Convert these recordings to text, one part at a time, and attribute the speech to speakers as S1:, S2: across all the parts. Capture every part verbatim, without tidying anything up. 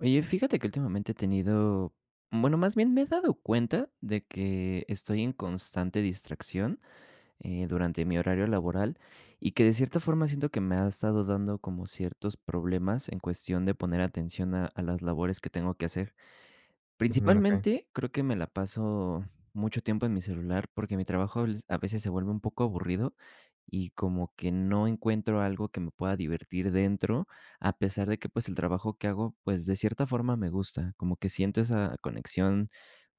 S1: Oye, fíjate que últimamente he tenido, bueno, más bien me he dado cuenta de que estoy en constante distracción eh, durante mi horario laboral y que de cierta forma siento que me ha estado dando como ciertos problemas en cuestión de poner atención a, a las labores que tengo que hacer.
S2: Mm, okey.
S1: Principalmente, creo que me la paso mucho tiempo en mi celular, porque mi trabajo al a veces se vuelve un poco aburrido y como que no encuentro algo que me pueda divertir dentro, a pesar de que, pues, el trabajo que hago, pues, de cierta forma me gusta, como que siento esa conexión,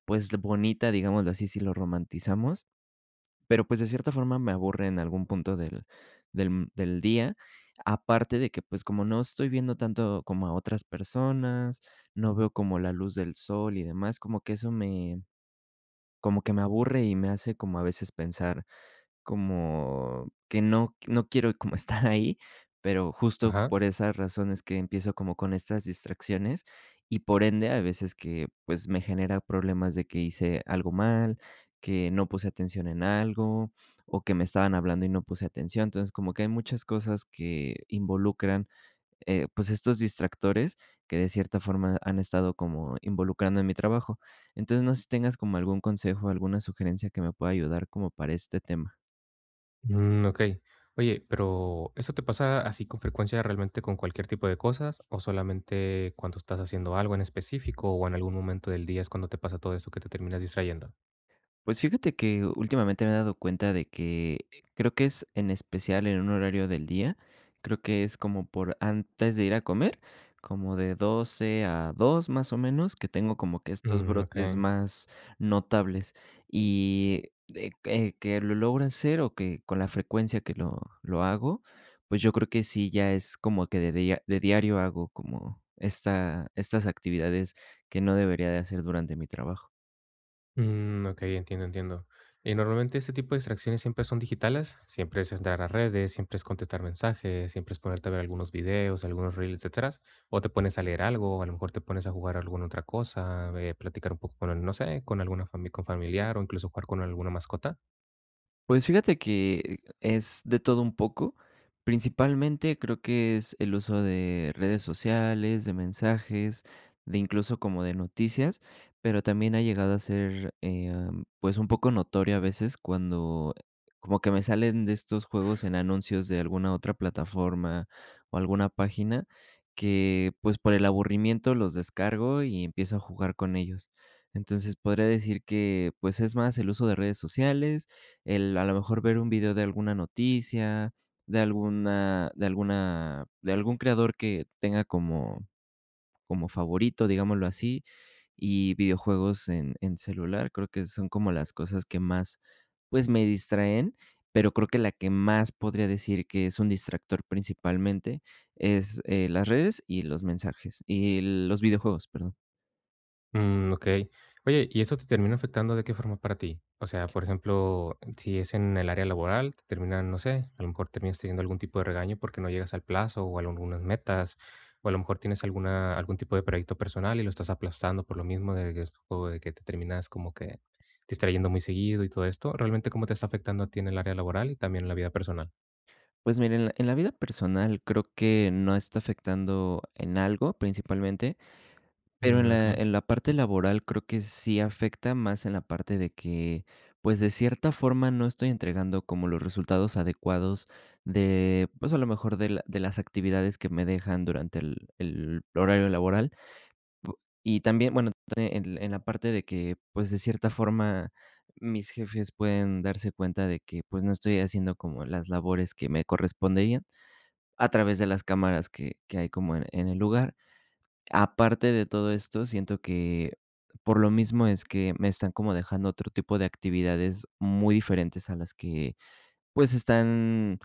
S1: pues, bonita, digámoslo así, si lo romantizamos, pero, pues, de cierta forma me aburre en algún punto del del mm, del día, aparte de que, pues, como no estoy viendo tanto como a otras personas, no veo como la luz del sol y demás, como que eso me como que me aburre y me hace como a veces pensar como que no no quiero como estar ahí, pero justo
S2: Ajá.
S1: por esas razones que empiezo como con estas distracciones y por ende a veces que, pues, me genera problemas de que hice algo mal, que no puse atención en algo o que me estaban hablando y no puse atención. Entonces, como que hay muchas cosas que involucran, eh, pues, estos distractores que de cierta forma han estado como involucrando en mi trabajo. Entonces, no sé si tengas como algún consejo, alguna sugerencia que me pueda ayudar como para este tema.
S2: Mm, okey. Oye, pero, ¿eso te pasa así con frecuencia realmente con cualquier tipo de cosas, o solamente cuando estás haciendo algo en específico, o en algún momento del día es cuando te pasa todo eso que te terminas distrayendo?
S1: Pues fíjate que últimamente me he dado cuenta de que creo que es en especial en un horario del día, creo que es como por antes de ir a comer, como de doce a dos más o menos, que tengo como que estos
S2: Mm,
S1: brotes
S2: okey.
S1: más notables y de que que lo logro hacer o que con la frecuencia que lo lo hago, pues yo creo que sí, ya es como que de dia de diario hago como esta estas actividades que no debería de hacer durante mi trabajo.
S2: Mm, ok, entiendo, entiendo. Y normalmente este tipo de distracciones siempre son digitales, siempre es entrar a redes, siempre es contestar mensajes, siempre es ponerte a ver algunos videos, algunos reels, etcétera. O te pones a leer algo, a lo mejor te pones a jugar alguna otra cosa, eh, platicar un poco con, no sé, con alguna fami- con familiar o incluso jugar con alguna mascota.
S1: Pues fíjate que es de todo un poco. Principalmente creo que es el uso de redes sociales, de mensajes, de incluso como de noticias, pero también ha llegado a ser eh, am, pues un poco notorio a veces cuando como que me salen de estos juegos en anuncios de alguna otra plataforma o alguna página que pues por el aburrimiento los descargo y empiezo a jugar con ellos. Entonces podría decir que pues es más el uso de redes sociales, el a lo mejor ver un video de alguna noticia, de alguna de alguna de algún creador que tenga como como favorito, digámoslo así, y videojuegos en en celular. Creo que son como las cosas que más, pues, me distraen, pero creo que la que más podría decir que es un distractor principalmente es, eh, las redes y los mensajes y los videojuegos, perdón.
S2: Mm, okey. Oye, ¿y eso te termina afectando de qué forma para ti? O sea, por ejemplo, si es en el área laboral, te terminan, no sé, a lo mejor terminas teniendo algún tipo de regaño porque no llegas al plazo o a algunas metas, o a lo mejor tienes alguna algún tipo de proyecto personal y lo estás aplastando por lo mismo de que es o de que te terminas como que distrayendo muy seguido y todo esto. ¿Realmente cómo te está afectando a ti en el área laboral y también en la vida personal?
S1: Pues miren en la en la vida personal creo que no está afectando en algo principalmente, pero en
S2: Mm,
S1: la
S2: okey.
S1: en la parte laboral creo que sí afecta más en la parte de que, pues, de cierta forma no estoy entregando como los resultados adecuados de, pues, a lo mejor de la de las actividades que me dejan durante el el horario laboral. Y también, bueno, también en en la parte de que, pues, de cierta forma mis jefes pueden darse cuenta de que, pues, no estoy haciendo como las labores que me corresponderían a través de las cámaras que que hay como en en el lugar. Aparte de todo esto, siento que por lo mismo es que me están como dejando otro tipo de actividades muy diferentes a las que, pues, están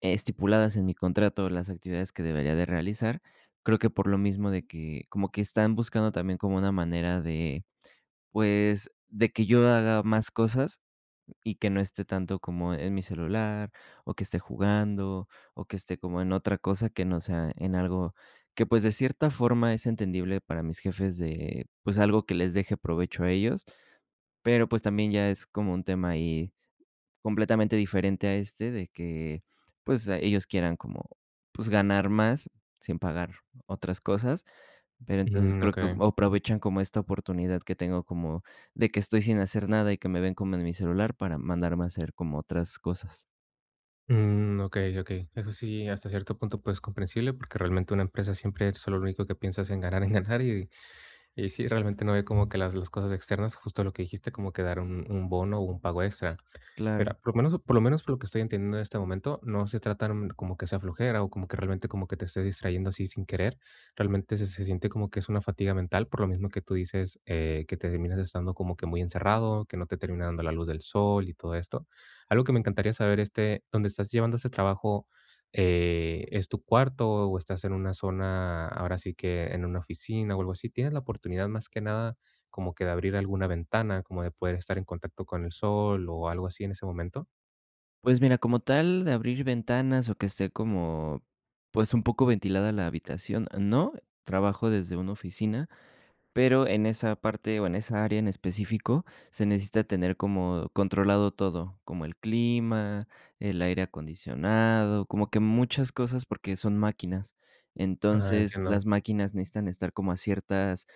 S1: estipuladas en mi contrato, las actividades que debería de realizar. Creo que por lo mismo de que como que están buscando también como una manera de, pues, de que yo haga más cosas y que no esté tanto como en mi celular, o que esté jugando, o que esté como en otra cosa que no sea en algo que, pues, de cierta forma es entendible para mis jefes de, pues, algo que les deje provecho a ellos, pero, pues, también ya es como un tema ahí completamente diferente a este de que, pues, a- ellos quieran como, pues, ganar más sin pagar otras cosas. Pero entonces
S2: Mm,
S1: creo que
S2: okey.
S1: aprovechan como esta oportunidad que tengo como de que estoy sin hacer nada y que me ven como en mi celular para mandarme a hacer como otras cosas.
S2: Mm, ok, ok. Eso sí, hasta cierto punto, pues comprensible, porque realmente una empresa siempre es solo lo único que piensa es en ganar, en ganar, y, y sí, realmente no ve como que las, las cosas externas, justo lo que dijiste, como que dar un, un bono o un pago extra. Mira,
S1: Claro.
S2: por lo menos por lo menos por lo que estoy entendiendo en este momento, no se trata, mm, como que sea flojera o como que realmente como que te estés distrayendo así sin querer. Realmente se se siente como que es una fatiga mental, por lo mismo que tú dices, eh, que te terminas estando como que muy encerrado, que no te termina dando la luz del sol y todo esto. Algo que me encantaría saber, este, ¿dónde estás llevando este trabajo, eh, es tu cuarto o estás en una zona, ahora sí que en una oficina o algo así? ¿Tienes la oportunidad más que nada como que de abrir alguna ventana, como de poder estar en contacto con el sol o algo así en ese momento?
S1: Pues mira, como tal de abrir ventanas o que esté como, pues, un poco ventilada la habitación, no, trabajo desde una oficina, pero en esa parte o en esa área en específico se necesita tener como controlado todo, como el clima, el aire acondicionado, como que muchas cosas porque son máquinas.
S2: Ah,
S1: Entonces,
S2: entiendo.
S1: las máquinas necesitan estar como a ciertas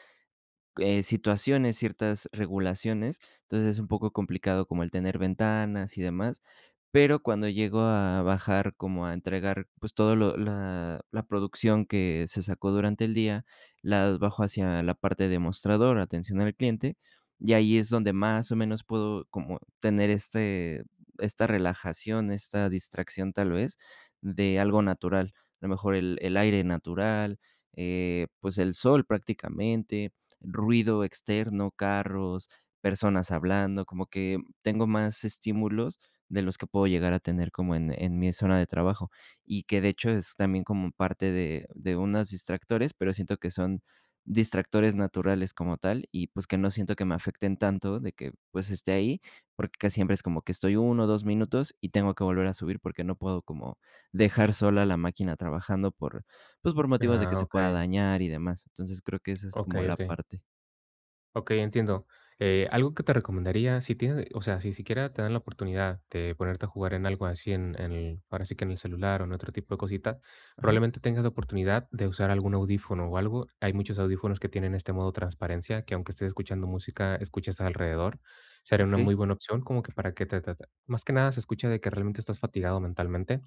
S1: eh, situaciones, ciertas regulaciones, entonces es un poco complicado como el tener ventanas y demás, pero cuando llego a bajar como a entregar, pues, todo lo la la producción que se sacó durante el día, la bajo hacia la parte de mostrador, atención al cliente, y ahí es donde más o menos puedo como tener este esta relajación, esta distracción, tal vez, de algo natural, a lo mejor el el aire natural, eh, pues, el sol prácticamente, ruido externo, carros, personas hablando, como que tengo más estímulos de los que puedo llegar a tener como en en mi zona de trabajo, y que de hecho es también como parte de de unos distractores, pero siento que son distractores naturales como tal, y pues que no siento que me afecten tanto de que, pues, esté ahí, porque casi siempre es como que estoy uno o dos minutos y tengo que volver a subir porque no puedo como dejar sola la máquina trabajando por, pues, por motivos de que
S2: Ah,
S1: se pueda
S2: okey,
S1: dañar y demás. Entonces, creo que esa es como
S2: okey,
S1: la
S2: okey.
S1: parte.
S2: Okey, entiendo. Eh, algo que te recomendaría, si tienes, o sea, si siquiera te dan la oportunidad de ponerte a jugar en algo así en en el ahora sí que en el celular o en otro tipo de cosita,
S1: Ajá.
S2: probablemente tengas la oportunidad de usar algún audífono o algo. Hay muchos audífonos que tienen este modo transparencia, que aunque estés escuchando música, escuches alrededor. Sería una
S1: Okey,
S2: muy buena opción como que para que te te te más que nada se escucha de que realmente estás fatigado mentalmente.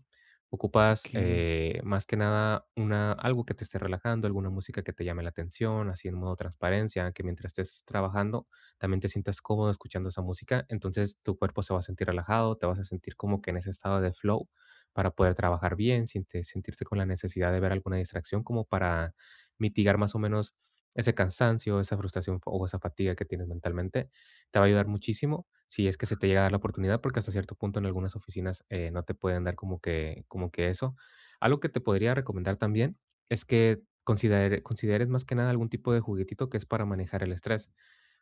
S2: Ocupas,
S1: okey,
S2: eh, más que nada, una algo que te esté relajando, alguna música que te llame la atención, así en modo transparencia, que mientras estés trabajando también te sientas cómodo escuchando esa música. Entonces, tu cuerpo se va a sentir relajado, te vas a sentir como que en ese estado de flow para poder trabajar bien, sin te sentirte con la necesidad de ver alguna distracción, como para mitigar más o menos ese cansancio, esa frustración o esa fatiga que tienes mentalmente. Te va a ayudar muchísimo si es que se te llega a dar la oportunidad, porque hasta cierto punto en algunas oficinas eh, no te pueden dar como que, como que eso. Algo que te podría recomendar también es que considere- consideres más que nada algún tipo de juguetito que es para manejar el estrés.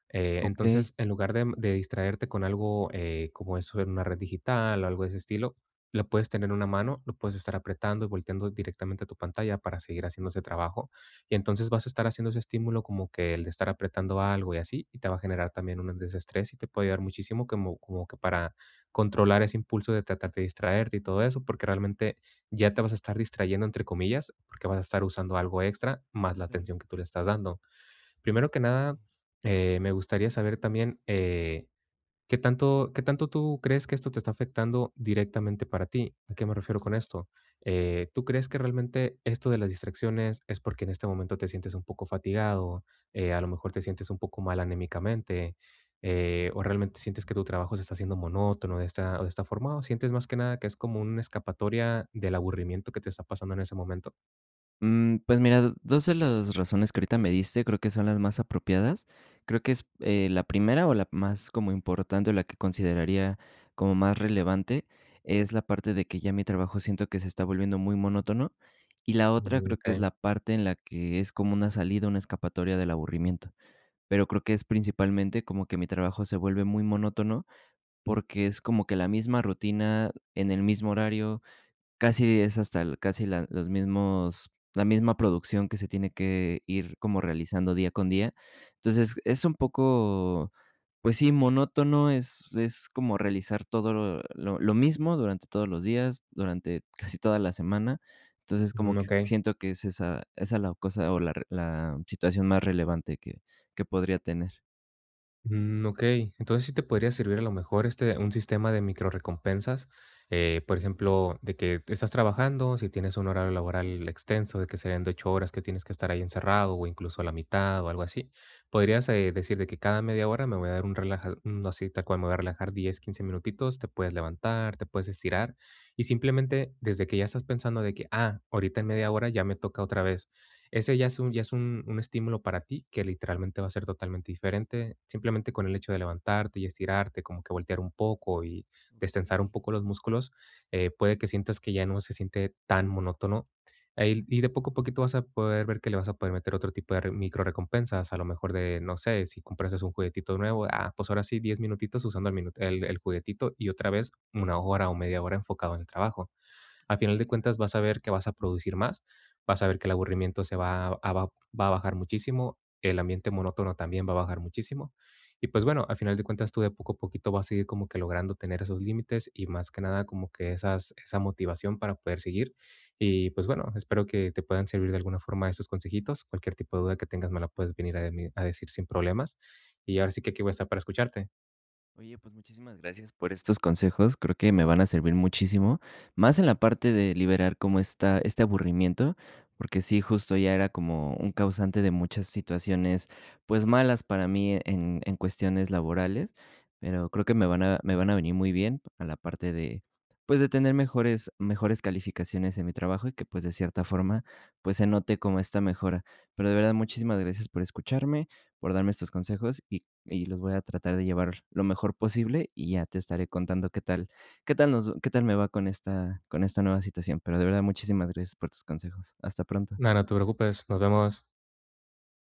S2: Eh,
S1: okey.
S2: entonces, en lugar de, de distraerte con algo eh, como eso en una red digital o algo de ese estilo, lo puedes tener en una mano, lo puedes estar apretando y volteando directamente a tu pantalla para seguir haciendo ese trabajo. Y entonces vas a estar haciendo ese estímulo como que el de estar apretando algo y así, y te va a generar también un desestrés y te puede ayudar muchísimo como, como que para controlar ese impulso de tratar de distraerte y todo eso, porque realmente ya te vas a estar distrayendo, entre comillas, porque vas a estar usando algo extra más la
S1: Claro,
S2: atención que tú le estás dando. Primero que
S1: sí.
S2: nada, eh, me gustaría saber también, eh, ¿qué tanto qué tanto tú crees que esto te está afectando directamente para ti? ¿A qué me refiero con esto? Eh, ¿tú crees que realmente esto de las distracciones es porque en este momento te sientes un poco fatigado, eh, a lo mejor te sientes un poco mal anémicamente, eh, o realmente sientes que tu trabajo se está haciendo monótono de esta o de esta forma, o sientes más que nada que es como una escapatoria del aburrimiento que te está pasando en ese momento?
S1: Mm, pues mira, dos de las razones que ahorita me diste creo que son las más apropiadas. Creo que es, eh, la primera o la más como importante, o la que consideraría como más relevante, es la parte de que ya mi trabajo siento que se está volviendo muy monótono, y la otra
S2: Mm,
S1: creo que es
S2: okey,
S1: la parte en la que es como una salida, una escapatoria del aburrimiento. Pero creo que es principalmente como que mi trabajo se vuelve muy monótono, porque es como que la misma rutina en el mismo horario, casi es hasta el casi la los mismos la misma producción que se tiene que ir como realizando día con día. Entonces, es un poco, pues sí, monótono, es es como realizar todo lo lo lo mismo durante todos los días, durante casi toda la semana. Entonces, como
S2: mm,
S1: que
S2: okey.
S1: siento que es esa esa la cosa o la re la situación más relevante que que podría tener.
S2: Mm, okey. Entonces, sí te podría servir a lo mejor, este, un sistema de microrrecompensas, eh, por ejemplo, de que estás trabajando, si tienes un horario laboral extenso, de que serían de ocho horas que tienes que estar ahí encerrado, o incluso a la mitad, o algo así. Podrías, eh, decir de que cada media hora me voy a dar un relaja un así tal cual, me voy a relajar diez, quince minutitos, te puedes levantar, te puedes estirar, y simplemente desde que ya estás pensando de que: "Ah, ahorita en media hora ya me toca otra vez". Ese ya es un ya es un un estímulo para ti que literalmente va a ser totalmente diferente, simplemente con el hecho de levantarte y estirarte, como que voltear un poco y destensar un
S1: Okey.
S2: poco los músculos, eh, puede que sientas que ya no se siente tan monótono. Ahí y de poco a poquito vas a poder ver que le vas a poder meter otro tipo de re micro recompensas. A lo mejor de, no sé, si comprases un juguetito nuevo, ah, pues ahora sí, diez minutitos usando el minu el el juguetito y otra vez una hora o media hora enfocado en el trabajo. Al final de cuentas vas a ver que vas a producir más, vas a ver que el aburrimiento se va a, a- va a bajar muchísimo, el ambiente monótono también va a bajar muchísimo. Y pues bueno, al final de cuentas tú de poco a poquito vas a ir como que logrando tener esos límites y más que nada como que esas, esa motivación para poder seguir. Y pues bueno, espero que te puedan servir de alguna forma estos consejitos. Cualquier tipo de duda que tengas me la puedes venir a, de- a decir sin problemas. Y ahora sí que aquí voy a estar para escucharte.
S1: Oye, pues muchísimas gracias por estos consejos. Creo que me van a servir muchísimo, más en la parte de liberar como esta, este aburrimiento, porque sí, justo ya era como un causante de muchas situaciones, pues malas para mí e, en, en cuestiones laborales, pero creo que me van a, me van a venir muy bien a la parte de, pues de tener mejores, mejores calificaciones en mi trabajo y que pues de cierta forma, pues se note como esta mejora. Pero de verdad, muchísimas gracias por escucharme, por darme estos consejos y y los voy a tratar de llevar lo mejor posible y ya te estaré contando qué tal qué tal nos qué tal me va con esta con esta nueva situación. Pero de verdad, muchísimas gracias por tus consejos. Hasta pronto.
S2: Nada, no te preocupes. Nos vemos.